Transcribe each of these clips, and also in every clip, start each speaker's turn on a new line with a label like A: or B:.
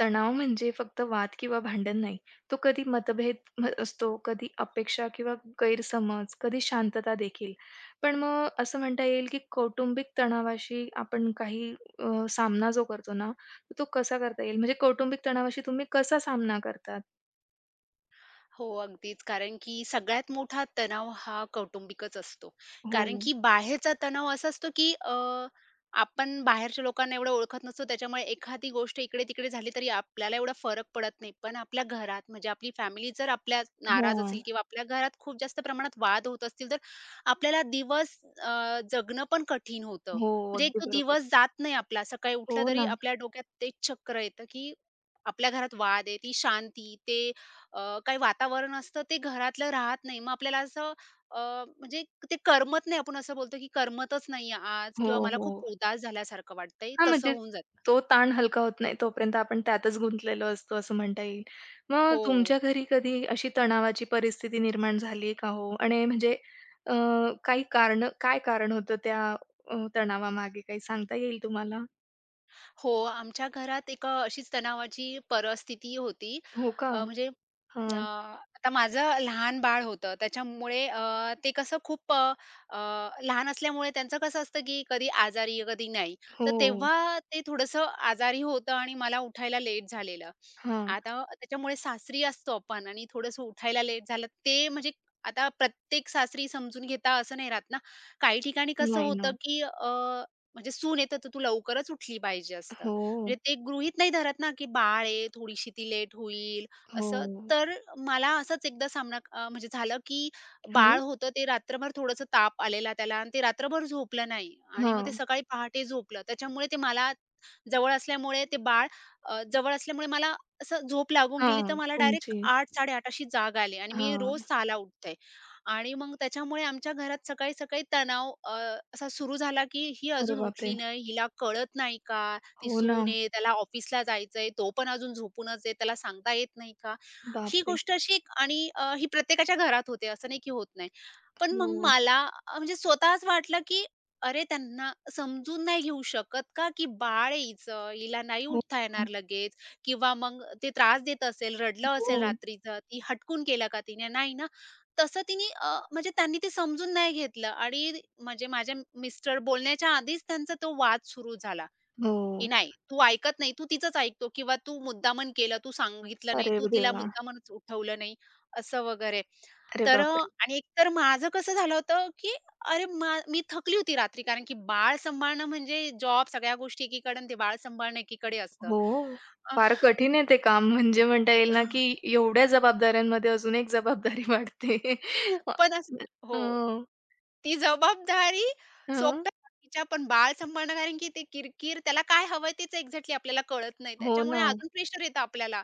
A: तणाव म्हणजे फक्त वाद किंवा भांडण नाही. तो कधी मतभेद असतो, कधी अपेक्षा किंवा गैरसमज, कधी शांतता देखील. पण मग असं म्हणता येईल, की कौटुंबिक तणावाशी आपण काही सामना जो करतो ना, तो कसा करता येईल? म्हणजे कौटुंबिक तणावाशी तुम्ही कसा सामना करतात?
B: हो, अगदीच. कारण की सगळ्यात मोठा तणाव हा कौटुंबिकच असतो.
A: हो.
B: कारण की बाहेरचा तणाव असा असतो, की आपण बाहेरच्या लोकांना एवढं ओळखत नसतो. त्याच्यामुळे एखादी गोष्ट इकडे-तिकडे झाली तरी आपल्याला एवढा फरक पडत नाही. पण आपल्या घरात म्हणजे आपली फॅमिली जर आपल्या नाराज
A: हां.
B: असेल किंवा आपल्या घरात खूप जास्त प्रमाणात वाद होत असतील, तर आपल्याला दिवस जगणं पण कठीण होतं.
A: हो,
B: म्हणजे एक
A: अगदी
B: तो
A: बरोबर.
B: दिवस जात नाही आपला. सकाळी उठला
A: हो
B: तरी
A: ना.
B: आपल्या डोक्यात एक चक्र येतं, की आपल्या घरात वाद आहे, ती शांती, ते काही वातावरण असतं ते घरातलं राहत नाही. मग आपल्याला असं अ, म्हणजे ते करमत नाही. आपण असं बोलतो की करमतच नाहीये आज
A: हो,
B: किंवा मला खूप
A: हो.
B: उदास झाल्यासारखं वाटतंय,
A: हां,
B: तसं
A: म्हणजे
B: होऊन जातं.
A: तो ताण हलका होत नाही, तोपर्यंत आपण त्यातच गुंतलेलो असतो असं म्हणता येईल. मग
B: हो,
A: तुमच्या घरी कधी अशी तणावाची परिस्थिती निर्माण झाली का हो? आणि म्हणजे अ, काही कारणं काय कारण होतं त्या अ, तणावामागे काही सांगता येईल तुम्हाला?
B: हो. आमच्या घरात एक अशीच तणावाची परिस्थिती होती.
A: हो का?
B: म्हणजे
A: हां.
B: आता माझं लहान बाळ होतं त्याच्यामुळे ते कसं खूप अ, अ, लहान असल्यामुळे त्यांचं कसं असतं, की कधी आजारी, कधी नाही. तर
A: हो.
B: तेव्हा ते थोडंसं आजारी होतं आणि मला उठायला लेट झालेलं.
A: हां.
B: आता त्याच्यामुळे सासरी असतो आपण आणि थोडंसं उठायला लेट झालं ते म्हणजे आता प्रत्येक सासरी समजून घेता असं नाही राहत ना. काही ठिकाणी कसं
A: नाही
B: होतं,
A: ना.
B: की म्हणजे सून आहे तर तू लवकरच उठली पाहिजे असतं.
A: हो,
B: म्हणजे ते गृहीत नाही धरत ना, की बाळ आहे, थोडीशी ती लेट होईल, असं
A: हो.
B: तर मला असाच एकदा सामना म्हणजे झालं, की बाळ
A: हां,
B: होतं ते रात्रभर थोडंसं ताप आलेला त्याला आणि ते रात्रभर झोपलं नाही आणि मग
A: हां,
B: ते सकाळी पहाटे झोपलं. त्याच्यामुळे ते मला जवळ असल्यामुळे ते बाळ जवळ असल्यामुळे मला असं झोप लागून गेली,
A: हां.
B: तर मला डायरेक्ट
A: तुमची.
B: 8:00-8:30 अशी जाग आली आणि मी
A: हां.
B: रोज 6:00 ला उठते आणि मग त्याच्यामुळे आमच्या घरात सकाळी-सकाळी तणाव असा सुरू झाला, की ही
A: अरे
B: अजून
A: बापरे!
B: उठली नाही, हिला कळत नाही का? ती
A: हो ना.
B: सून आहे, त्याला ऑफिसला जायचंय, तो पण अजून झोपूनच आहे, त्याला सांगता येत नाही का? ही
A: बापरे!
B: गोष्ट अशी एक आणि ही प्रत्येकाच्या घरात होते, असं नाही की होत नाही. पण मग
A: हो,
B: मला म्हणजे स्वतःच वाटलं की अरे त्यांना समजून नाही घेऊ शकत का, की बाळ आहे हिचं, हिला नाही
A: हो,
B: उठता
A: हो,
B: येणार लगेच किंवा मग ते त्रास देत असेल, रडलं
A: हो,
B: असेल रात्रीचं, ती हटकून केलं का तिने? नाही ना. तसं तिने म्हणजे त्यांनी ते समजून नाही घेतलं आणि म्हणजे माझे मिस्टर बोलण्याच्या आधीच त्यांचा तो वाद सुरू झाला. की
A: हो.
B: नाही, तू ऐकत नाही, तू तिचंच ऐकतो किंवा तू मुद्दामन केलं, तू सांगितलं नाही,
A: अरे
B: तू तिला
A: देवा!
B: मुद्दामनच उठवलं नाही, असं वगैरे.
A: अरे
B: तर
A: बापरे!
B: आणि एकतर माझं कसं झालं होतं, की अरे मा मी थकली होती रात्री कारण की बाळ सांभाळणं म्हणजे जॉब सगळ्या गोष्टी एकीकडे आणि ते बाळ सांभाळणं एकीकडे असतं.
A: हो.
B: अ,
A: फार कठीण आहे ते काम म्हणजे म्हणता येईल ना, की एवढ्या जबाबदाऱ्यांमध्ये अजून एक जबाबदारी वाढते. अ,
B: पण अस हो.
A: हं,
B: ती जबाबदारी
A: हं.
B: सोपवायच्या पण बाळ सांभाळणं कारण की ते किरकिर, त्याला काय हवंय तेच एक्झॅक्टली आपल्याला कळत नाही.
A: हो
B: त्याच्यामुळे
A: ना.
B: अजून प्रेशर येतं आपल्याला.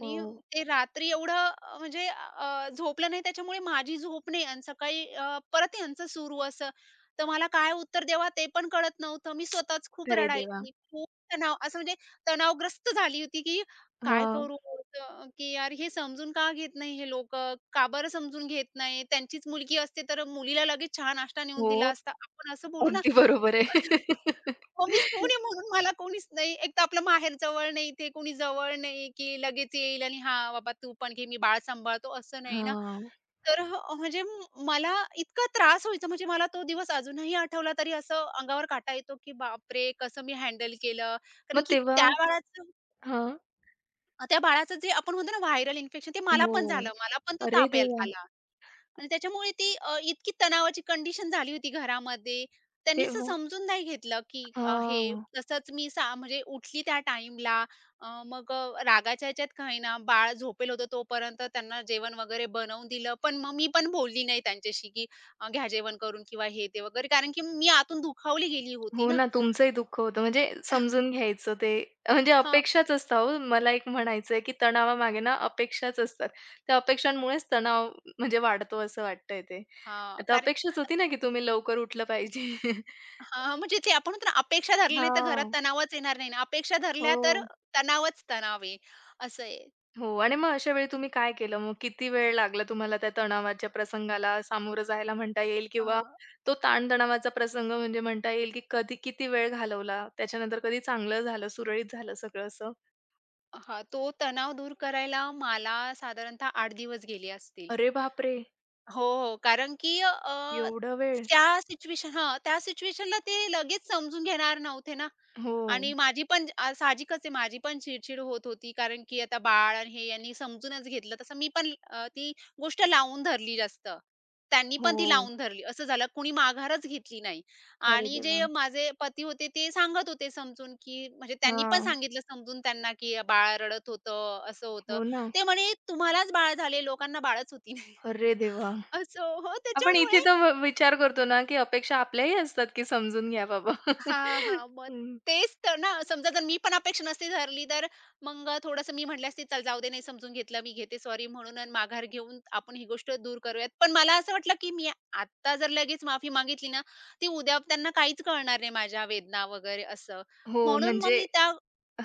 A: हो.
B: ते रात्री एवढं झोपलं नाही त्याच्यामुळे माझी झोप नाही आणि सकाळी परत यांचं सुरू असं. तर मला काय उत्तर द्यावा ते पण कळत नव्हतं. मी स्वतःच खूप
A: अरे देवा!
B: रडायची. खूप तणाव असं म्हणजे तणावग्रस्त झाली होती, की काय
A: हां.
B: करू? की यार हे समजून का घेत नाही हे लोकं? का बरं समजून घेत नाही? त्यांचीच मुलगी असते तर मुलीला लगेच चहा नाश्ता नेऊन दिला
A: हो.
B: असता. आपण असं बोलू
A: अगदी बरोबर आहे.
B: हो, मी सून आहे म्हणून मला कोणीच नाही. एक तर आपलं माहेर जवळ नाही, इथे कोणी जवळ नाही, की लगेच येईल आणि "हां, बाबा तू पण घे, मी बाळ सांभाळतो" असं नाही ना.
A: हां.
B: तर म्हणजे मला इतका त्रास व्हायचा म्हणजे मला तो दिवस अजूनही आठवला तरी असं अंगावर काटा येतो, की बापरे! कसं मी हँडल केलं. कारण
A: मग
B: की
A: तेव्हा
B: त्या बाळाचं
A: हां.
B: त्या बाळाचं जे आपण म्हणतो ना व्हायरल इन्फेक्शन ते मला
A: हो.
B: पण झालं. मला पण तो
A: अरे
B: ताप यायला
A: देवा!
B: आला. आणि त्याच्यामुळे ती इतकी तणावाची कंडिशन झाली होती घरामध्ये. त्यांनी असं
A: तेव्हा
B: समजून नाही घेतलं, की हे
A: हां.
B: तसंच मी म्हणजे उठली त्या टाईमला. रागाच्या ह्याच्यात काही ना, बाळ झोपेल होतं तोपर्यंत त्यांना जेवण वगैरे बनवून दिलं. पण मग मी पण बोलली नाही त्यांच्याशी, की घ्या जेवण करून किंवा हे ते वगैरे. कारण की मी आतून दुखावली गेली होती
A: हो
B: ना.
A: ना, तुमचंही दुःख होतं म्हणजे समजून घ्यायचं ते म्हणजे
B: हं,
A: अपेक्षाच असतात हो. मला एक म्हणायचंय, की तणावामागे ना अपेक्षाच असतात. त्या अपेक्षांमुळेच तणाव म्हणजे वाढतो असं वाटतंय ते.
B: हां,
A: आता
B: कारण
A: अपेक्षाच होती ना, की तुम्ही लवकर उठलं पाहिजे.
B: हां, म्हणजे ते आपण म्हणतो अपेक्षा धरल्या नाही तर घरात
A: हां.
B: तणावच येणार नाही ना. अपेक्षा धरल्या तर
A: हो,
B: तणावच तणाव आहे, असं आहे.
A: हो आणि मग अशा वेळी तुम्ही काय केलं मग? किती वेळ लागला तुम्हाला त्या तणावाच्या प्रसंगाला सामोरं जायला म्हणता येईल किंवा तो ताणतणावाचा प्रसंग म्हणजे म्हणता येईल, की कधी किती वेळ घालवला? त्याच्यानंतर कधी चांगलं झालं, सुरळीत झालं सगळं असं?
B: हां, तो तणाव दूर करायला मला साधारणतः 8 दिवस गेले असतील.
A: अरे बापरे!
B: हो, हो. कारण की
A: एवढा वेळ?
B: त्या सिच्युएशन हां, त्या सिच्युएशनला ते लगेच समजून घेणार नव्हते ना.
A: हो,
B: आणि माझी पण साहजिकच आहे माझी पण चिड होत होती, कारण की आता बाळ आणि हे यांनी समजूनच घेतलं. तसं मी पण ती गोष्ट लावून धरली जास्त. त्यांनी पण ती
A: हो.
B: लावून धरली. असं झालं कुणी माघारच घेतली नाही.
A: अरे
B: आणि
A: देवा!
B: जे माझे पती होते ते सांगत होते समजून, की म्हणजे त्यांनी पण
A: हां,
B: सांगितलं समजून त्यांना, की "बाळ रडत होतं, असं होतं."
A: हो ना.
B: ते म्हणे, "तुम्हालाच बाळ झाले, लोकांना बाळच होती." नाही.
A: अरे देवा!
B: असं हो,
A: आपण इथे
B: त्याच्यामुळे
A: तर व विचार करतो ना, की अपेक्षा आपल्याही असतात, की समजून घ्या बाबा.
B: हां, हां. मग
A: हं.
B: तेच तर ना, समजा जर मी पण अपेक्षा नसती धरली, तर मग थोडंसं मी म्हटलं असते, "चल जाऊ दे, नाही समजून घेतलं, मी घेते सॉरी म्हणून आणि माघार घेऊन आपण ही गोष्ट दूर करूयात." पण मला असं वाटलं, की मी आता जर लगेच माफी मागितली ना, ती उद्या त्यांना काहीच कळणार नाही माझ्या वेदना वगैरे असं.
A: हो,
B: म्हणून मग
A: म्हणजे
B: मी त्या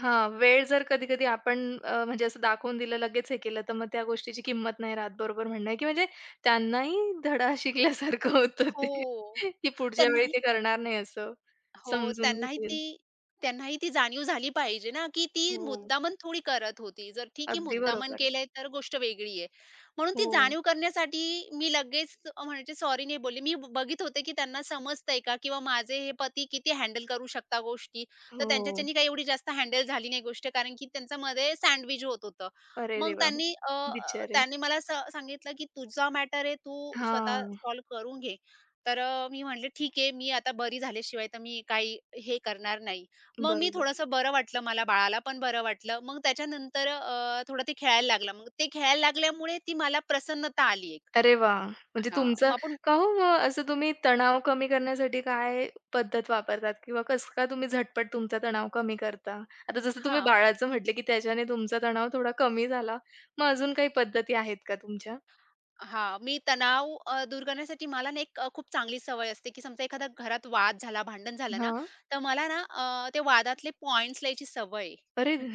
A: हां, वेळ जर कधी-कधी आपण म्हणजे असं दाखवून दिलं, लगेच हे केलं, तर मग त्या गोष्टीची किंमत नाही राहत. बरोबर म्हणणं आहे, की म्हणजे त्यांनाही धडा शिकल्यासारखं होतं
B: हो.
A: ते, की पुढच्या
B: त्यांना
A: वेळी ते करणार नाही असं.
B: हो,
A: समजून
B: त्यांनाही
A: घेतील.
B: ती त्यांनाही ती जाणीव झाली पाहिजे ना, की ती
A: हो,
B: मुद्दामन थोडी करत होती. जर ठीक आहे
A: अगदी
B: मुद्दामन
A: बरोबर.
B: केलंय तर गोष्ट वेगळी आहे. म्हणून ती
A: हो,
B: जाणीव करण्यासाठी मी लगेच म्हणजे सॉरी नाही बोलले. मी बघत होते, की त्यांना समजतंय का किंवा माझे हे पती किती हँडल करू शकता गोष्टी. तर
A: हो.
B: त्यांच्याच्यानी काही एवढी जास्त हँडल झाली नाही गोष्ट कारण की त्यांच्यामध्ये सँडविच होत होतं.
A: अरे
B: मग
A: देवा!
B: त्यांनी अ, अ,
A: बिचारे.
B: त्यांनी मला सांगितलं, की "तुझा मॅटर आहे, तू स्वतः
A: हां,
B: सॉल्व्ह करून घे." तर मी म्हटले, "ठीक आहे, मी आता बरी झाल्याशिवाय तर मी काही हे करणार नाही." मग मी
A: बरोबर.
B: थोडंसं बरं वाटलं मला, बाळाला पण बरं वाटलं. मग त्याच्यानंतर थोडं ते खेळायला लागलं. मग ते खेळायला लागल्यामुळे ती मला प्रसन्नता आली एक.
A: अरे वाह! म्हणजे
B: हां, मग
A: तुमचं
B: आपण
A: का हो मग असं तुम्ही तणाव कमी करण्यासाठी काय पद्धत वापरतात किंवा कसं काय तुम्ही झटपट तुमचा तणाव कमी करता? आता जसं तुम्ही
B: हां,
A: बाळाचं म्हटलं, की त्याच्याने तुमचा तणाव थोडा कमी झाला. मग अजून काही पद्धती आहेत का तुमच्या?
B: हां. मी तणाव दूर करण्यासाठी मला ना एक खूप चांगली सवय असते, की समजा एखादा घरात वाद झाला, भांडण झालं ना,
A: हां.
B: तर मला ना ते वादातले पॉइंट्स लिहायची सवय
A: अरे!
B: आहे.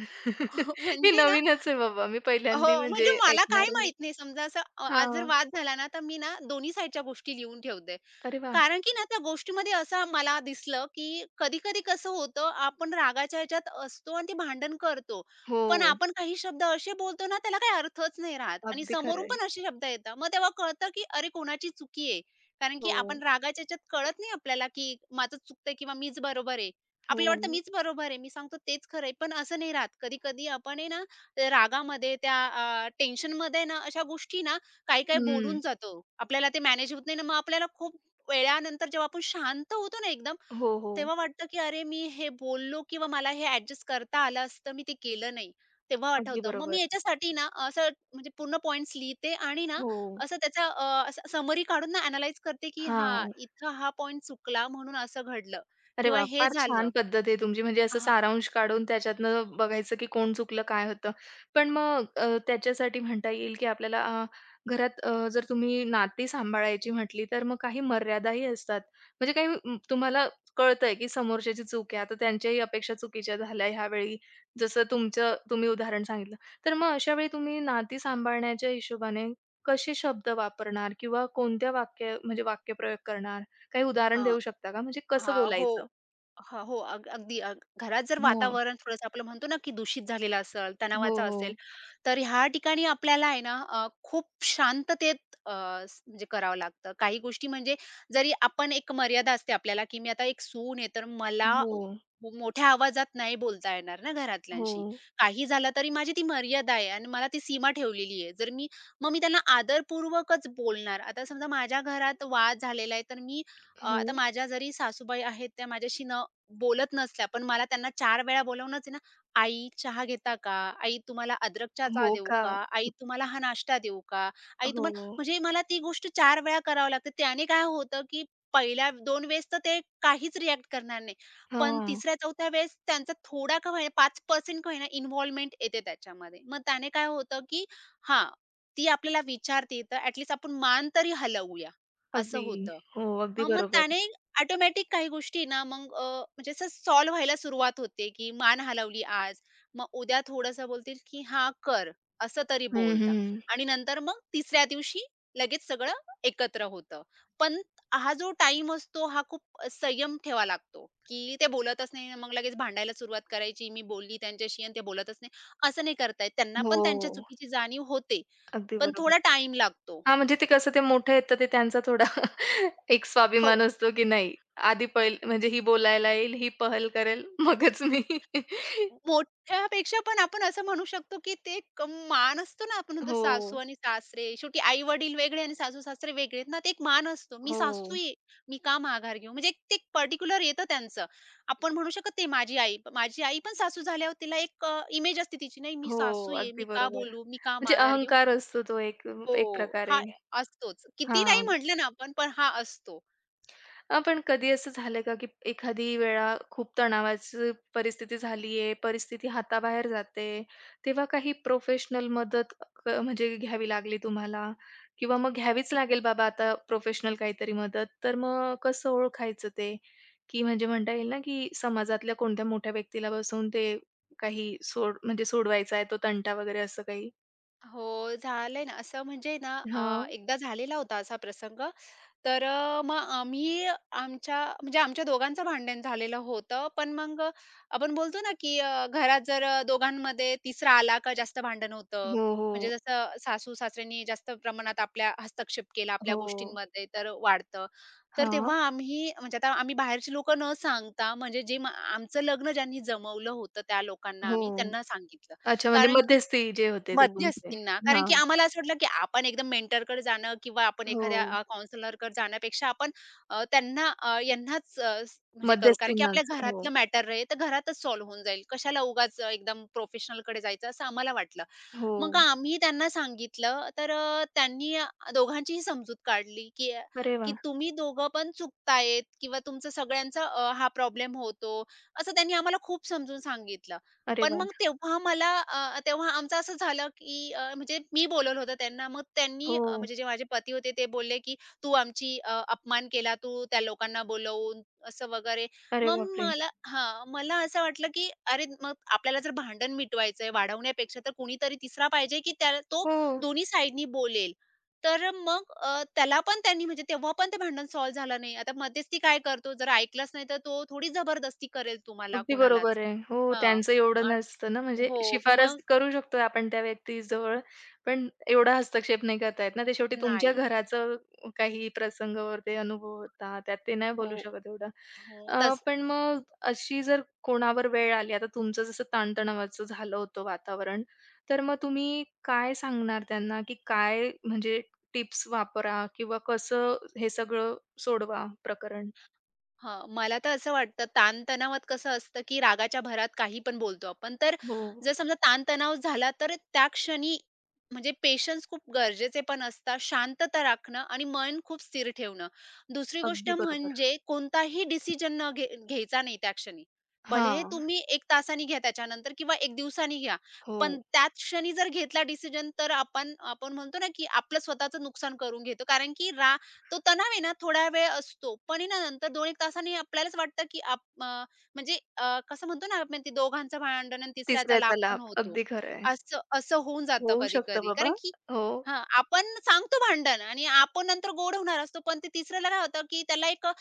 A: हे
B: म्हणजे ना
A: नवीनच आहे बाबा. मी पहिल्यांदा
B: हो, म्हणजे
A: म्हणजे
B: मला काही
A: ऐकणार आहे.
B: माहीत नाही. समजा असं आज जर
A: हां.
B: वाद झाला ना, तर मी ना दोन्ही साइडच्या गोष्टी लिहून ठेवते.
A: अरे वाह!
B: कारण की ना त्या गोष्टीमध्ये असं मला दिसलं, की कधी-कधी कसं होतं आपण रागाच्या ह्याच्यात असतो आणि ते भांडण करतो. पण
A: हो.
B: आपण काही शब्द असे बोलतो ना त्याला काही अर्थच नाही राहत आणि
A: अगदी खरं
B: समोरून
A: आहे.
B: पण असे शब्द येतात. मग तेव्हा कळतं, की अरे कोणाची चुकी आहे. कारण की
A: हो,
B: आपण रागाच्या ह्याच्यात कळत नाही आपल्याला, की माझं चुकतंय किंवा मीच बरोबर आहे. आपल्याला वाटतं
A: हो.
B: मीच बरोबर आहे. मी सांगतो तेच खरं पण असं नाही राहत. कधी-कधी आपण आहे ना रागामध्ये त्या टेन्शनमध्ये ना अशा गोष्टी ना काही-काही बोलून
A: हं.
B: जातो. आपल्याला ते मॅनेज होत नाही ना मग आपल्याला खूप वेळानंतर जेव्हा आपण शांत होतो ना एकदम,
A: हो, हो.
B: तेव्हा वाटतं की "अरे, मी हे बोललो किंवा मला हे ॲडजस्ट करता आलं असतं, मी ते केलं नाही." तेव्हा
A: अगदी
B: आठवतं. मग मी
A: बरोबर.
B: याच्यासाठी ना असं म्हणजे पूर्ण पॉइंट्स लिहिते आणि ना
A: हो.
B: असं त्याचा समरी काढून ना ॲनलाईज करते की हां,
A: हां.
B: इथं हा पॉइंट चुकला म्हणून असं घडलं
A: अरे
B: किंवा
A: वाह!
B: हे
A: फार
B: झालं.
A: छान पद्धत आहे तुमची. म्हणजे असं
B: हां,
A: सारांश काढून त्याच्यातनं बघायचं, की कोण चुकलं, काय होतं. पण मग त्याच्यासाठी म्हणता येईल, की आपल्याला घरात जर तुम्ही नाती सांभाळायची म्हटली, तर मग काही मर्यादाही असतात. म्हणजे काही तुम्हाला कळतंय, की समोरच्याची चूक आहे. आता त्यांच्याही अपेक्षा चुकीच्या झाल्या ह्यावेळी, जसं तुमचं तुम्ही उदाहरण सांगितलं. तर मग अशा वेळी तुम्ही नाती सांभाळण्याच्या हिशोबाने कसे शब्द वापरणार किंवा कोणत्या वाक्य म्हणजे वाक्यप्रयोग करणार? काही उदाहरण
B: हां.
A: देऊ शकता का? म्हणजे कसं
B: हां, हो.
A: बोलायचं?
B: हां, हो. अगदी घरात जर
A: हां.
B: वातावरण थोडंसं आपलं म्हणतो ना, की दूषित झालेलं असेल,
A: हो,
B: तणावाचं असेल,
A: हो.
B: तर ह्या ठिकाणी आपल्याला आहे ना, खूप शांततेत अ, स म्हणजे करावं लागतं. काही गोष्टी म्हणजे जरी आपण एक मर्यादा असते आपल्याला, की मी आता एक सून आहे, तर मला
A: हो,
B: मोठ्या आवाजात नाही बोलता येणार ना
A: हो,
B: घरातल्यांशी. काही झालं तरी माझी ती मर्यादा आहे आणि मला ती सीमा ठेवलेली आहे. जर मी मग मी त्यांना आदरपूर्वकच बोलणार. आता समजा माझ्या घरात वाद झालेला आहे, तर मी आता
A: हो,
B: माझ्या जरी सासूबाई आहेत त्या माझ्याशी बोलत नसल्या, पण मला त्यांना 4 वेळा बोलावूनच आहे ना, "आई चहा घेता का? आई तुम्हाला अद्रकचा चहा
A: हो
B: देऊ
A: का?
B: का? आई तुम्हाला हा नाश्ता देऊ का? आई तुम्हाला"
A: हो.
B: म्हणजे मला ती गोष्ट 4 वेळा करावं लागते. त्याने काय होतं, की पहिल्या 2 वेळेस तर ते काहीच रिएक्ट करणार नाही. पण
A: हां.
B: 3ऱ्या-4थ्या वेळेस त्यांचा थोडा का होईना 5% का होईना इन्व्हॉल्वमेंट येते त्याच्यामध्ये. मग त्याने काय होतं, की हां, ती आपल्याला विचारते, तर ॲट आपण मान तरी हलवूया, असं
A: अगदी.
B: होतं.
A: हो, अगदी
B: हां, मग
A: बरोबर.
B: त्याने ऑटोमॅटिक काही गोष्टी ना मग म्हणजे असं सॉल्व्ह व्हायला सुरुवात होते, की मान हलवली आज, मग उद्या थोडंसं बोलतील, की "हां, कर." असं तरी
A: हं,
B: बोलता
A: हं.
B: आणि नंतर मग तिसऱ्या दिवशी लगेच सगळं एकत्र होतं. पण हा जो टाईम असतो हा खूप संयम ठेवावा लागतो, की ते बोलतच नाही मग लगेच भांडायला सुरुवात करायची. मी बोलली त्यांच्याशी आणि ते बोलतच नाही, असं नाही करता त्यांना पण त्यांच्या
A: हो,
B: चुकीची जाणीव होते,
A: अगदी
B: पण
A: बरोबर.
B: थोडा टाईम लागतो.
A: हां, म्हणजे ते कसं ते मोठे आहेत, तर ते त्यांचा थोडा एक
B: हो.
A: स्वाभिमान असतो, की नाही आधी पहिल म्हणजे ही बोलायला येईल, ही पहल करेल, मगच मी
B: मोठ्यापेक्षा पण आपण असं म्हणू शकतो, की ते एक मान असतो ना, आपण म्हणतो सासू
A: हो,
B: आणि सासरे. शेवटी आई-वडील वेगळे आणि सासू-सासरे वेगळे आहेत ना, ते एक मान असतो. मी सासू
A: हो,
B: आहे, मी का माघार घेऊ? म्हणजे ते एक ते पर्टिक्युलर येतं त्यांचं. आपण म्हणू शकत नाही माझी आई. माझी आई पण सासू झाल्यावर तिला एक इमेज असते तिची, नाही मी
A: हो,
B: सासू आहे,
A: अगदी
B: मी का
A: बरोबर.
B: बोलू? मी का
A: म्हणजे
B: माघार घेऊ?
A: अहंकार असतो तो एक
B: हो,
A: एक
B: हा
A: प्रकारे.
B: असतोच. किती नाही
A: हां.
B: म्हटलं ना आपण, पण हा असतो.
A: हां, पण कधी असं झालं का, की एखादी वेळा खूप तणावाची परिस्थिती झालीये, परिस्थिती हाताबाहेर जाते, तेव्हा काही प्रोफेशनल मदत क म्हणजे घ्यावी लागली तुम्हाला? किंवा मग घ्यावीच लागेल बाबा आता प्रोफेशनल काहीतरी मदत, तर मग कसं ओळखायचं ते? की म्हणजे म्हणता येईल ना, की समाजातल्या कोणत्या मोठ्या व्यक्तीला बसवून ते काही सोड म्हणजे सोडवायचा आहे तो तंटा वगैरे असं काही?
B: हो, झालंय ना. असं म्हणजे ना
A: हां.
B: एकदा झालेला होता असा प्रसंग. तर मग आम्ही आमच्या म्हणजे आमच्या दोघांचं भांडण झालेलं होतं. पण मग आपण बोलतो ना, की घरात जर दोघांमध्ये तिसरा आला का जास्त भांडण होतं.
A: हो, हो.
B: म्हणजे जसं सासू-सासऱ्यांनी जास्त प्रमाणात आपल्या हस्तक्षेप केला आपल्या
A: हो.
B: गोष्टींमध्ये तर वाढतं. तर
A: हां.
B: तेव्हा आम्ही म्हणजे आता आम्ही बाहेरची लोकं न सांगता म्हणजे जे आमचं लग्न ज्यांनी जमवलं होतं त्या लोकांना आम्ही
A: हो.
B: त्यांना सांगितलं.
A: अच्छा, म्हणजे
B: कारण की
A: मध्यस्थी जे होते ते तुमचे.
B: मध्यस्थींना. कारण की
A: हां.
B: आम्हाला असं वाटलं की आपण एकदम मेंटरकडे जाणं किंवा आपण
A: हो.
B: एखाद्या जाण्यापेक्षा आपण त्यांना यांनाच म्हणजे करू. कारण की आपल्या
A: मध्यस्थींनाच.
B: घरातलं
A: हो.
B: मॅटर आहे, तर घरातच सॉल्व्ह होऊन जाईल. कशाला उगाच एकदम प्रोफेशनलकडे जायचं असं आम्हाला वाटलं.
A: हो.
B: मग आम्ही त्यांना सांगितलं, तर त्यांनी दोघांचीही समजूत काढली की
A: अरे
B: की
A: वाह!
B: तुम्ही दोघं पण चुकतायत किंवा तुमचा सगळ्यांचा हा प्रॉब्लेम होतो. असं त्यांनी आम्हाला खूप समजून सांगितलं.
A: अरे
B: पण
A: वाह!
B: मग तेव्हा मला तेव्हा आमचं असं झालं, की म्हणजे मी बोलवलं होतं त्यांना. मग त्यांनी
A: हो.
B: म्हणजे जे माझे पती होते ते बोलले, की "तू आमची अपमान केला तू त्या लोकांना बोलवून," असं वगैरे.
A: अरे
B: मग
A: बापरे!
B: मला हां, मला असं वाटलं, की अरे मग आपल्याला जर भांडण मिटवायचंय, वाढवण्यापेक्षा तर कोणीतरी तिसरा पाहिजे, की त्या तो
A: हो.
B: दोन्ही साइडनी बोलेल. तर मग त्याला पण त्यांनी म्हणजे तेव्हा पण ते भांडण सॉल्व्ह झालं नाही. आता मध्यस्थी काय करतो, जर ऐकलंच नाही तर तो थोडी जबरदस्ती करेल तुम्हाला
A: अगदी
B: कोणालाच.
A: बरोबर आहे. हो,
B: हां.
A: त्यांचं एवढं नसतं ना, म्हणजे
B: हो,
A: शिफारस
B: मग
A: करू शकतो आपण त्या व्यक्तीजवळ, पण एवढा हस्तक्षेप नाही करता येत ना. ते शेवटी तुमच्या
B: नाही.
A: घराचं काही प्रसंगावर ते अनुभव होता, त्यात ते नाही
B: हो,
A: बोलू शकत एवढं.
B: हो. तस
A: पण मग अशी जर कोणावर वेळ आली, आता तुमचं जसं ताणतणावाचं झालं होतं वातावरण, तर मग तुम्ही काय सांगणार त्यांना, की काय म्हणजे टिप्स वापरा किंवा कसं हे सगळं सोडवा प्रकरण?
B: हां, मला तर असं वाटतं ताणतणावात कसं असतं, की रागाच्या भरात काही पण बोलतो आपण. तर
A: हो,
B: जर समजा ताणतणाव झाला तर त्या क्षणी म्हणजे पेशन्स खूप गरजेचे पण असतात, शांतता राखणं आणि मन खूप स्थिर ठेवणं. दुसरी गोष्ट
A: अगदी बरोबर.
B: म्हणजे कोणताही डिसिजन न घे घ्यायचा नाही त्या क्षणी. भलेही
A: हां,
B: तुम्ही 1 तासाने घ्या त्याच्यानंतर किंवा 1 दिवसाने घ्या,
A: हो.
B: पण त्याच क्षणी जर घेतला डिसिजन तर आपण आपण म्हणतो ना, की आपलं स्वतःचं नुकसान करून घेतो. कारण की तो तणाव आहे ना थोडा वेळ असतो, पण आहे ना नंतर 2 एक तासांनी आपल्यालाच वाटतं, की आप अ, म्हणजे अ, कसं म्हणतो ना आपण ते दोघांचं भांडण आणि तिसऱ्याचा लाभ
A: तिसऱ्याचा
B: पण
A: लाभ.
B: होतो.
A: अगदी खरं आहे.
B: असं असं होऊन जातं
A: होऊ शकतं
B: कधी-कधी. कारण
A: बाबा.
B: की
A: हो,
B: हां, आपण सांगतो भांडण आणि आपण नंतर गोड होणार असतो, पण ते तिसऱ्याला काय होतं, की त्याला एक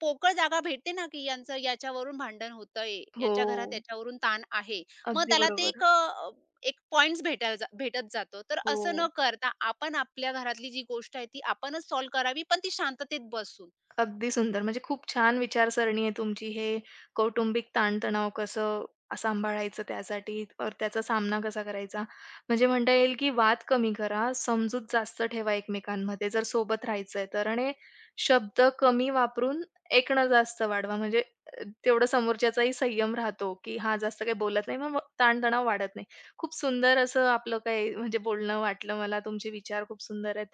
B: पोकळ जागा भेटते ना, की यांचं याच्यावरून भांडण होतंय,
A: हो.
B: यांच्या घरात याच्यावरून ताण आहे. मग
A: अगदी
B: त्याला ते
A: बरोबर.
B: एक एक पॉइंट्स भेटत जातो. तर असं न
A: हो.
B: करता आपण आपल्या घरातली जी गोष्ट आहे ती आपणच सॉल्व्ह करावी, पण ती शांततेत बसून.
A: अगदी सुंदर. म्हणजे खूप छान विचारसरणी आहे तुमची. हे कौटुंबिक ताणतणाव कसं सांभाळायचं त्यासाठी और त्याचा सामना कसा करायचा. म्हणजे म्हणता येईल, की वाद कमी करा, समजूत जास्त ठेवा एकमेकांमध्ये जर सोबत राहायचंय तर आणि शब्द कमी वापरून ऐकणं जास्त वाढवा. म्हणजे तेवढं समोरच्याचाही संयम राहतो, की हा जास्त काही बोलत नाही, मग ताणतणाव वाढत नाही. खूप सुंदर असं आपलं काही म्हणजे बोलणं वाटलं मला. तुमचे विचार खूप सुंदर आहेत.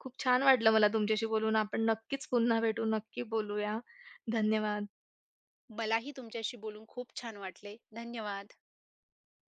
A: खूप छान वाटलं मला तुमच्याशी बोलून. आपण नक्कीच पुन्हा भेटू, नक्की बोलूया. धन्यवाद.
B: मलाही तुमच्याशी बोलून खूप छान वाटले. धन्यवाद.